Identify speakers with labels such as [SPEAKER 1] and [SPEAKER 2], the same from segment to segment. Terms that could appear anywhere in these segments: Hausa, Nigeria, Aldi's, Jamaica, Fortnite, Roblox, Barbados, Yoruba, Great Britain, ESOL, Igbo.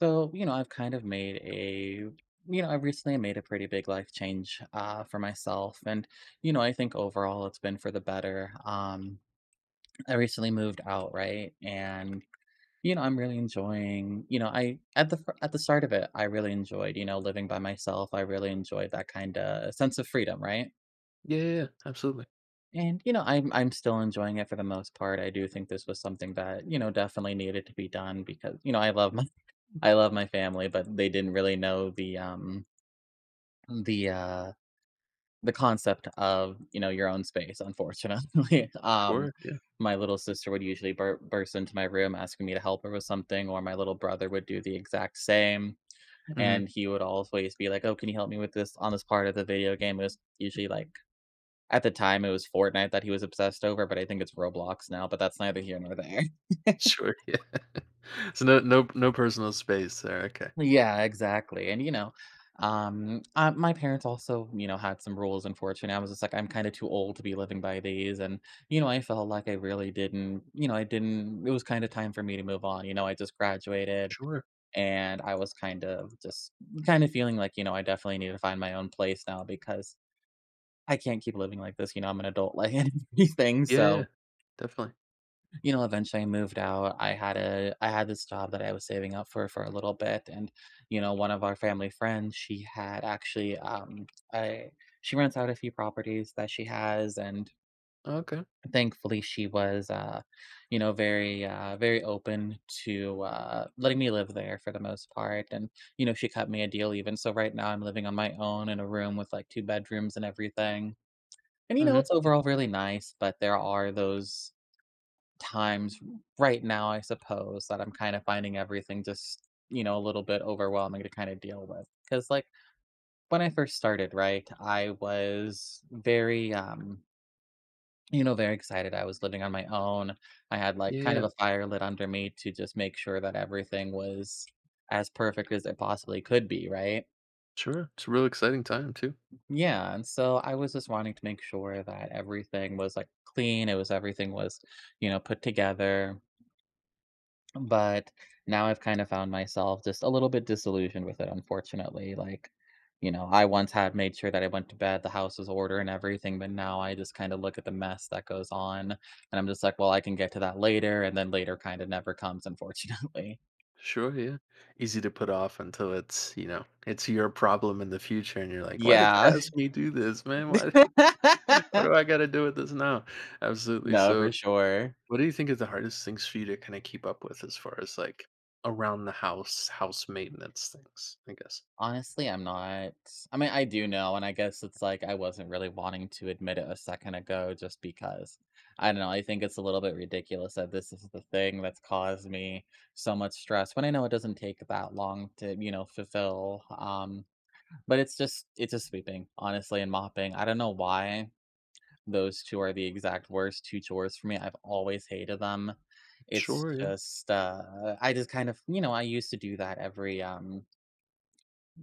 [SPEAKER 1] So, you know, I've kind of made a, you know, I've recently made a pretty big life change for myself. I think overall it's been for the better. I recently moved out, right? I'm really enjoying, I, at the start of it, I really enjoyed, living by myself. I really enjoyed that kind of sense of freedom, right?
[SPEAKER 2] Yeah, yeah, yeah, absolutely.
[SPEAKER 1] I'm still enjoying it for the most part. I do think this was something that, definitely needed to be done because, I love my, I love my family, but they didn't really know The, uh the concept of, your own space, unfortunately.
[SPEAKER 2] Sure, yeah.
[SPEAKER 1] My little sister would usually burst into my room asking me to help her with something, or my little brother would do the exact same, and
[SPEAKER 2] Mhm.
[SPEAKER 1] he would always be like, "Oh, can you help me with this on this part of the video game?" It was usually like at the time, it was Fortnite that he was obsessed over, but I think it's Roblox now, but that's neither here nor there.
[SPEAKER 2] Sure, yeah. So no personal space there, okay.
[SPEAKER 1] Yeah, exactly, and, my parents also, had some rules. Unfortunately, I was just like, "I'm kinda too old to be living by these," and, I felt like I really didn't I didn't it was kinda time for me to move on. I just graduated,
[SPEAKER 2] Sure.
[SPEAKER 1] and I was kind of just kinda feeling like, I definitely need to find my own place now because I can't keep living like this. I'm an adult, like, and everything,
[SPEAKER 2] Yeah, yeah.
[SPEAKER 1] so
[SPEAKER 2] Definitely.
[SPEAKER 1] eventually I moved out. I had this job that I was saving up for a little bit, and, one of our family friends, she had actually I she rents out a few properties that she has, and
[SPEAKER 2] Okay.
[SPEAKER 1] thankfully she was, very open to letting me live there for the most part, and, she cut me a deal even. So right now I'm living on my own in a room with like two bedrooms and everything. And,
[SPEAKER 2] Mhm.
[SPEAKER 1] it's
[SPEAKER 2] Yeah.
[SPEAKER 1] overall really nice, but there are those times right now, I suppose, that I'm kind of finding everything just, a little bit overwhelming to kind of deal with. Because, like, when I first started, right, I was very, very excited. I was living on my own. I had like
[SPEAKER 2] Yeah,
[SPEAKER 1] kind
[SPEAKER 2] yeah.
[SPEAKER 1] of a fire lit under me to just make sure that everything was as perfect as it possibly could be, right?
[SPEAKER 2] Sure. It's a real exciting time too.
[SPEAKER 1] Yeah. And so I was just wanting to make sure that everything was like clean. It was everything was, put together. But now I've kind of found myself just a little bit disillusioned with it, unfortunately. Like, I once had made sure that I went to bed, the house was order and everything, but now I just kind of look at the mess that goes on, and I'm just like, well, I can get to that later. And then later kind of never comes, unfortunately.
[SPEAKER 2] Sure, yeah. Easy to put off until it's your problem in the future and you're like, "Why did
[SPEAKER 1] Yeah.
[SPEAKER 2] past me do this, man? Why why do I gotta deal with this now?" Absolutely.
[SPEAKER 1] No,
[SPEAKER 2] So,
[SPEAKER 1] for sure.
[SPEAKER 2] what do you think is the hardest things for you to kinda keep up with as far as, like, around the house, house maintenance things, I guess?
[SPEAKER 1] Honestly, I'm not. I mean, I do know, and I guess it's like I wasn't really wanting to admit it a second ago just because I don't know. I think it's a little bit ridiculous that this is the thing that's caused me so much stress when I know it doesn't take that long to, fulfill. But it's just sweeping, honestly, and mopping. I don't know why those two are the exact worst two chores for me. I've always hated them. It's
[SPEAKER 2] Sure, yeah.
[SPEAKER 1] just I just kind of, you know, I used to do that every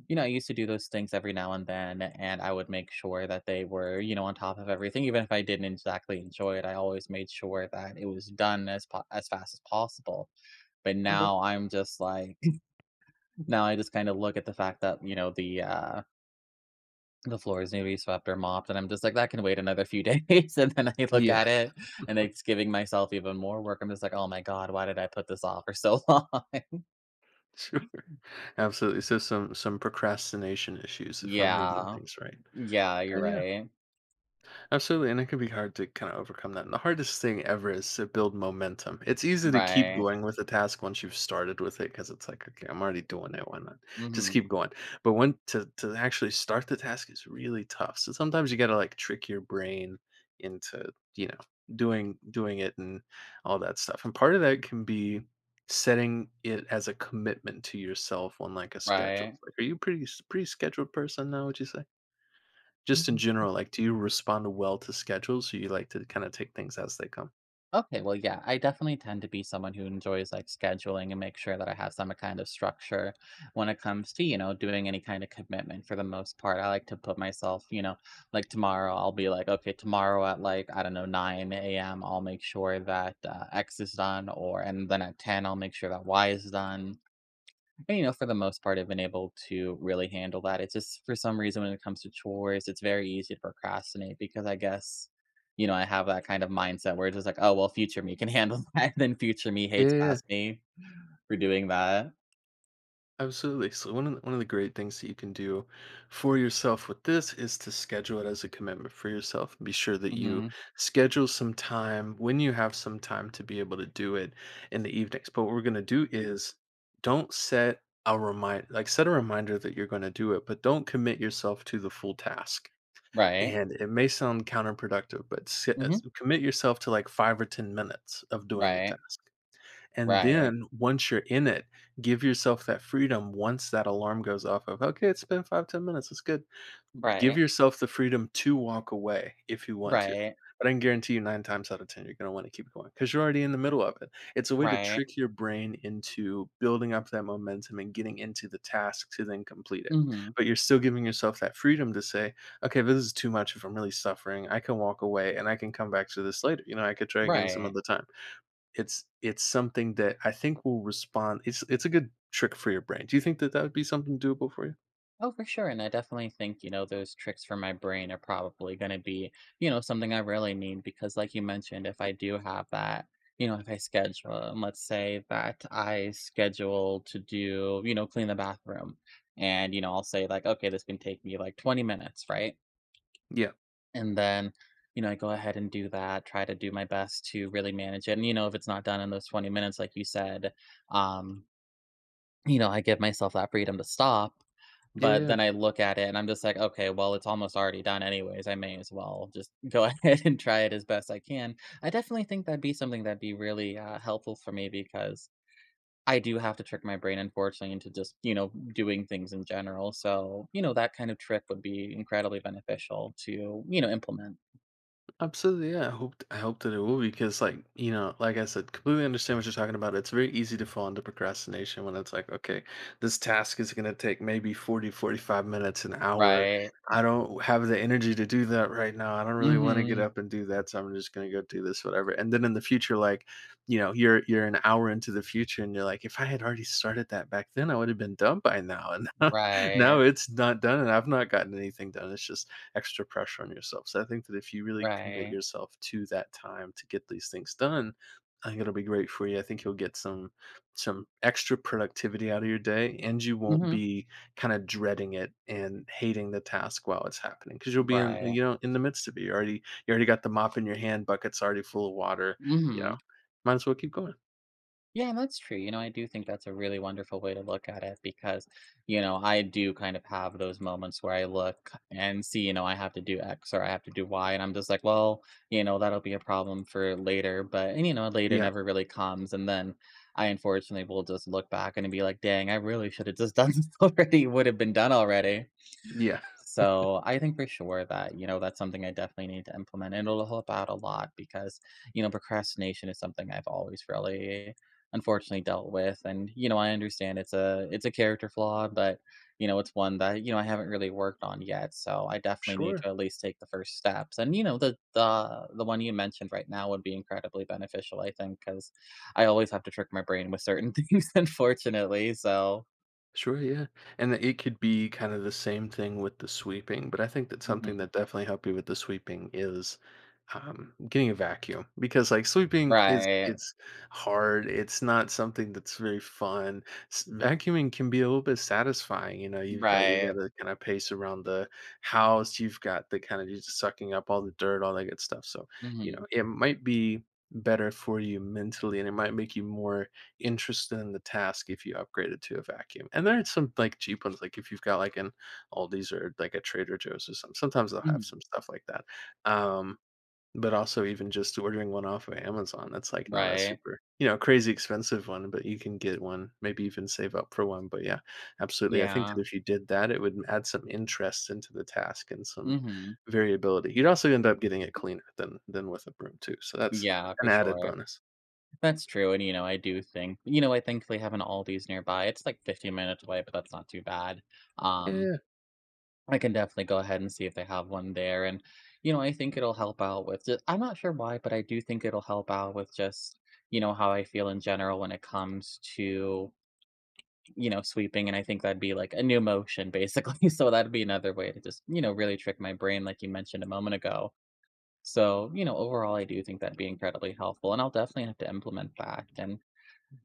[SPEAKER 1] you know, I used to do those things every now and then, and I would make sure that they were, on top of everything. Even if I didn't exactly enjoy it, I always made sure that it was done as fast as possible. But
[SPEAKER 2] Okay.
[SPEAKER 1] now I'm just like, now I just kind of look at the fact that, the floor is newly swept or mopped, and I'm just like, that can wait another few days. And then I look
[SPEAKER 2] Yeah,
[SPEAKER 1] at it, and it's giving myself even more work. I'm just like, oh my god, why did I put this off for so long?
[SPEAKER 2] sure. Absolutely. So some procrastination issues if I'm reading
[SPEAKER 1] Yeah,
[SPEAKER 2] things right.
[SPEAKER 1] yeah, you're
[SPEAKER 2] Okay, yeah.
[SPEAKER 1] right,
[SPEAKER 2] Absolutely, and it can be hard to kind of overcome that. And the hardest thing ever is to build momentum. It's easy to keep
[SPEAKER 1] right.
[SPEAKER 2] going with a task once you've started with it because it's like, okay, I'm already doing it. Why not? Just
[SPEAKER 1] Hmm.
[SPEAKER 2] keep going. But when to actually start the task is really tough. So sometimes you got to like trick your brain into doing it and all that stuff. And part of that can be setting it as a commitment to yourself on like a schedule.
[SPEAKER 1] Right.
[SPEAKER 2] Like, are you a pretty scheduled person now? Would you say? Just in general, like, do you respond well to schedules, or you like to kinda take things as they come?
[SPEAKER 1] Okay, well, yeah, I definitely tend to be someone who enjoys like scheduling and make sure that I have some kind of structure when it comes to, doing any kind of commitment for the most part. I like to put myself, like tomorrow, I'll be like, okay, tomorrow at like, I don't know, 9 a.m., I'll make sure that X is done, or, and then at 10, I'll make sure that Y is done. And, for the most part, I've been able to really handle that. It's just for some reason when it comes to chores, it's very easy to procrastinate because I guess, I have that kind of mindset where it's just like, oh, well, future me can handle that. Then future me
[SPEAKER 2] Yeah,
[SPEAKER 1] hates
[SPEAKER 2] yeah, yeah,
[SPEAKER 1] past me for doing that.
[SPEAKER 2] absolutely. So one of the great things that you can do for yourself with this is to schedule it as a commitment for yourself. Be sure that you
[SPEAKER 1] Hmm.
[SPEAKER 2] schedule some time when you have some time to be able to do it in the evenings. But what we're gonna do is don't set a reminder that you're gonna do it, but don't commit yourself to the full task.
[SPEAKER 1] Right.
[SPEAKER 2] And it may sound counterproductive, but si as
[SPEAKER 1] Hmm.
[SPEAKER 2] commit yourself to, like, 5 or 10 minutes of doing the
[SPEAKER 1] Right.
[SPEAKER 2] task. And
[SPEAKER 1] Right.
[SPEAKER 2] then once you're in it, give yourself that freedom once that alarm goes off of, "Okay, it's been 5-10 minutes, it's good." Give
[SPEAKER 1] Right.
[SPEAKER 2] yourself the freedom to walk away if you want to.
[SPEAKER 1] Right.
[SPEAKER 2] But I can guarantee you 9 times out of 10 you're gonna wanna keep going, 'cause going because you are already in the middle of it. It's a way to
[SPEAKER 1] Right.
[SPEAKER 2] trick your brain into building up that momentum and getting into the task to then complete it.
[SPEAKER 1] Hmm.
[SPEAKER 2] But you're still giving yourself that freedom to say, "Okay, this is too much if I'm really suffering. I can walk away and I can come back to this later." You know, I could try again some
[SPEAKER 1] Right.
[SPEAKER 2] other time. It's something that I think will respond it's a good trick for your brain. Do you think that that would be something doable for you?
[SPEAKER 1] Oh, for sure. And I definitely think, those tricks for my brain are probably going to be, something I really need because, like you mentioned, if I do have that, if I schedule, and let's say that I schedule to do, clean the bathroom and, I'll say like, okay, this can take me like 20 minutes, right?
[SPEAKER 2] Yeah.
[SPEAKER 1] And then, I go ahead and do that, try to do my best to really manage it. And, if it's not done in those 20 minutes, like you said, um, I give myself that freedom to stop,
[SPEAKER 2] Yeah, yeah,
[SPEAKER 1] but
[SPEAKER 2] yeah.
[SPEAKER 1] then I look at it and I'm just like, "Okay, well, it's almost already done anyways. I may as well just go ahead and try it as best I can." I definitely think that'd be something that'd be really, helpful for me because I do have to trick my brain, unfortunately, into just, doing things in general. So, that kind of trick would be incredibly beneficial to, implement.
[SPEAKER 2] Absolutely, yeah. I hope that it will because, like, you know, like I said, completely understand what you're talking about. It's very easy to fall into procrastination when it's like, okay, this task is going to take maybe 40, 45 minutes, an hour.
[SPEAKER 1] Right.
[SPEAKER 2] I don't have the energy to do that right now. I don't really want to get
[SPEAKER 1] Mhm.
[SPEAKER 2] up and do that, so I'm just going to go do this, whatever. And then in the future, like, you know, you're an hour into the future, and you're like, if I had already started that back then, I would have been done by now. And now, now
[SPEAKER 1] Right.
[SPEAKER 2] it's not done, and I've not gotten anything done. It's just extra pressure on yourself. So I think that if you really commit
[SPEAKER 1] Right.
[SPEAKER 2] yourself to that time to get these things done, I think it'll be great for you. I think you'll get some extra productivity out of your day and you won't
[SPEAKER 1] Mhm.
[SPEAKER 2] be kind of dreading it and hating the task while it's happening because you'll be in
[SPEAKER 1] Right.
[SPEAKER 2] you know in the midst of it. You already got the mop in your hand, bucket's already full of water, you know.
[SPEAKER 1] Mhm.
[SPEAKER 2] Might as well keep going.
[SPEAKER 1] Yeah, and that's true. You know, I do think that's a really wonderful way to look at it because, I do kind of have those moments where I look and see, I have to do X or I have to do Y. And I'm just like, well, that'll be a problem for later. But, and, later
[SPEAKER 2] Yeah.
[SPEAKER 1] never really comes. And then I unfortunately will just look back and be like, dang, I really should have just done this already, would have been done already.
[SPEAKER 2] Yeah.
[SPEAKER 1] So, I think for sure that, that's something I definitely need to implement, and it'll help out a lot because, procrastination is something I've always really unfortunately dealt with, and, I understand it's a character flaw, but, it's one that, I haven't really worked on yet, so I definitely need
[SPEAKER 2] Sure.
[SPEAKER 1] to at least take the first steps, and, the one you mentioned right now would be incredibly beneficial, I think because I always have to trick my brain with certain things, unfortunately, so
[SPEAKER 2] Sure, yeah, and it could be kind of the same thing with the sweeping, but I think that something
[SPEAKER 1] Mhm.
[SPEAKER 2] that definitely helped you with the sweeping is, getting a vacuum because, like, sweeping is
[SPEAKER 1] Right.
[SPEAKER 2] it's hard, it's not something that's very fun. S Vacuuming can be a little bit satisfying, you know, you've got you
[SPEAKER 1] Right.
[SPEAKER 2] gotta kinda pace around the house, you've got the kinda just sucking up all the dirt, all that good stuff, so, you
[SPEAKER 1] Mhm.
[SPEAKER 2] know, it might be better for you mentally, and it might make you more interested in the task if you upgrade it to a vacuum. And there are some like cheap ones, like if you've got like an Aldi's or like a Trader Joe's or something. Sometimes they'll have
[SPEAKER 1] Mhm.
[SPEAKER 2] some stuff like that. Um, but also even just ordering one off of Amazon, that's like not a
[SPEAKER 1] Right.
[SPEAKER 2] super, you know, crazy expensive one, but you can get one, maybe even save up for one. But yeah, absolutely. I think
[SPEAKER 1] Yeah.
[SPEAKER 2] that if you did that, it would add some interest into the task and some
[SPEAKER 1] Mhm.
[SPEAKER 2] variability. You'd also end up getting it cleaner than with a broom too. So that's
[SPEAKER 1] Yeah,
[SPEAKER 2] an
[SPEAKER 1] for
[SPEAKER 2] added
[SPEAKER 1] sure.
[SPEAKER 2] bonus.
[SPEAKER 1] That's true, and, I do think, I thankfully have an Aldi's nearby. It's, like, 15 minutes away, but that's not too bad. Um,
[SPEAKER 2] Yeah.
[SPEAKER 1] I can definitely go ahead and see if they have one there, and, I think it'll help out with ju I'm not sure why, but I do think it'll help out with just, how I feel in general when it comes to, sweeping, and I think that'd be, like, a new motion, basically, so that'd be another way to just, really trick my brain like you mentioned a moment ago. So, overall, I do think that'd be incredibly helpful, and I'll definitely have to implement that. And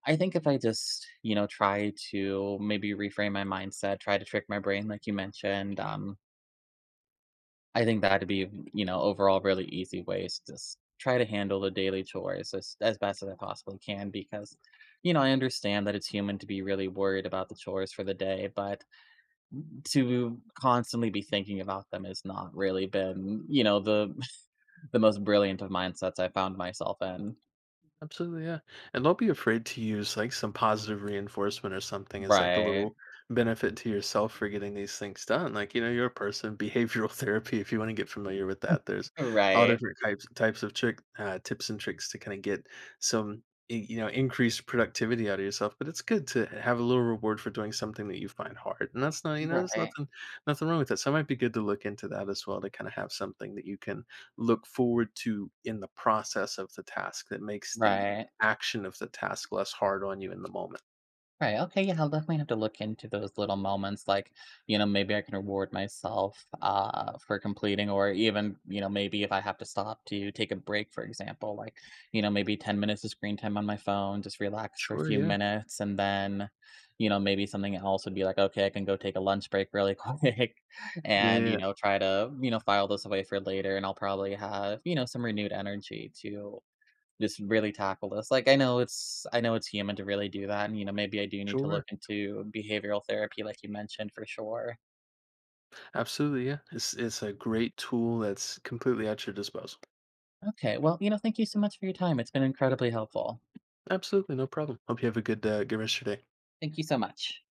[SPEAKER 1] I think if I just, try to maybe reframe my mindset, try to trick my brain, like you mentioned, I think that'd be, overall really easy ways to just try to handle the daily chores as best as I possibly can because, I understand that it's human to be really worried about the chores for the day, but to constantly be thinking about them has not really been, the the most brilliant of mindsets I found myself in.
[SPEAKER 2] Absolutely, yeah. And don't be afraid to use like some positive reinforcement or something as like a
[SPEAKER 1] Right,
[SPEAKER 2] little benefit to yourself for getting these things done. Like, you know, you're a person, behavioral therapy, if you want to get familiar with that, there's all
[SPEAKER 1] right,
[SPEAKER 2] different types types of trick tips and tricks to kind of get some increased productivity out of yourself, but it's good to have a little reward for doing something that you find hard, and that's not, you know, there's
[SPEAKER 1] right,
[SPEAKER 2] nothing wrong with that, so it might be good to look into that as well to kind of have something that you can look forward to in the process of the task that makes the
[SPEAKER 1] right,
[SPEAKER 2] action of the task less hard on you in the moment.
[SPEAKER 1] right, okay, yeah, I'll definitely have to look into those little moments, like, maybe I can reward myself, for completing or even, maybe if I have to stop to take a break, for example, like, maybe 10 minutes of screen time on my phone, just relax for a
[SPEAKER 2] Sure,
[SPEAKER 1] few
[SPEAKER 2] yeah.
[SPEAKER 1] minutes, and then, maybe something else would be like, "Okay, I can go take a lunch break really quick," and,
[SPEAKER 2] Yeah,
[SPEAKER 1] try to, file this away for later, and I'll probably have, some renewed energy to just really tackle this. Like, I know it's human to really do that, and, maybe I do need to look
[SPEAKER 2] sure.
[SPEAKER 1] into behavioral therapy like you mentioned, for sure.
[SPEAKER 2] Absolutely, yeah. It's a great tool that's completely at your disposal.
[SPEAKER 1] Okay, well, thank you so much for your time, it's been incredibly helpful.
[SPEAKER 2] Absolutely, no problem. Hope you have a good rest of your day.
[SPEAKER 1] Thank you so much.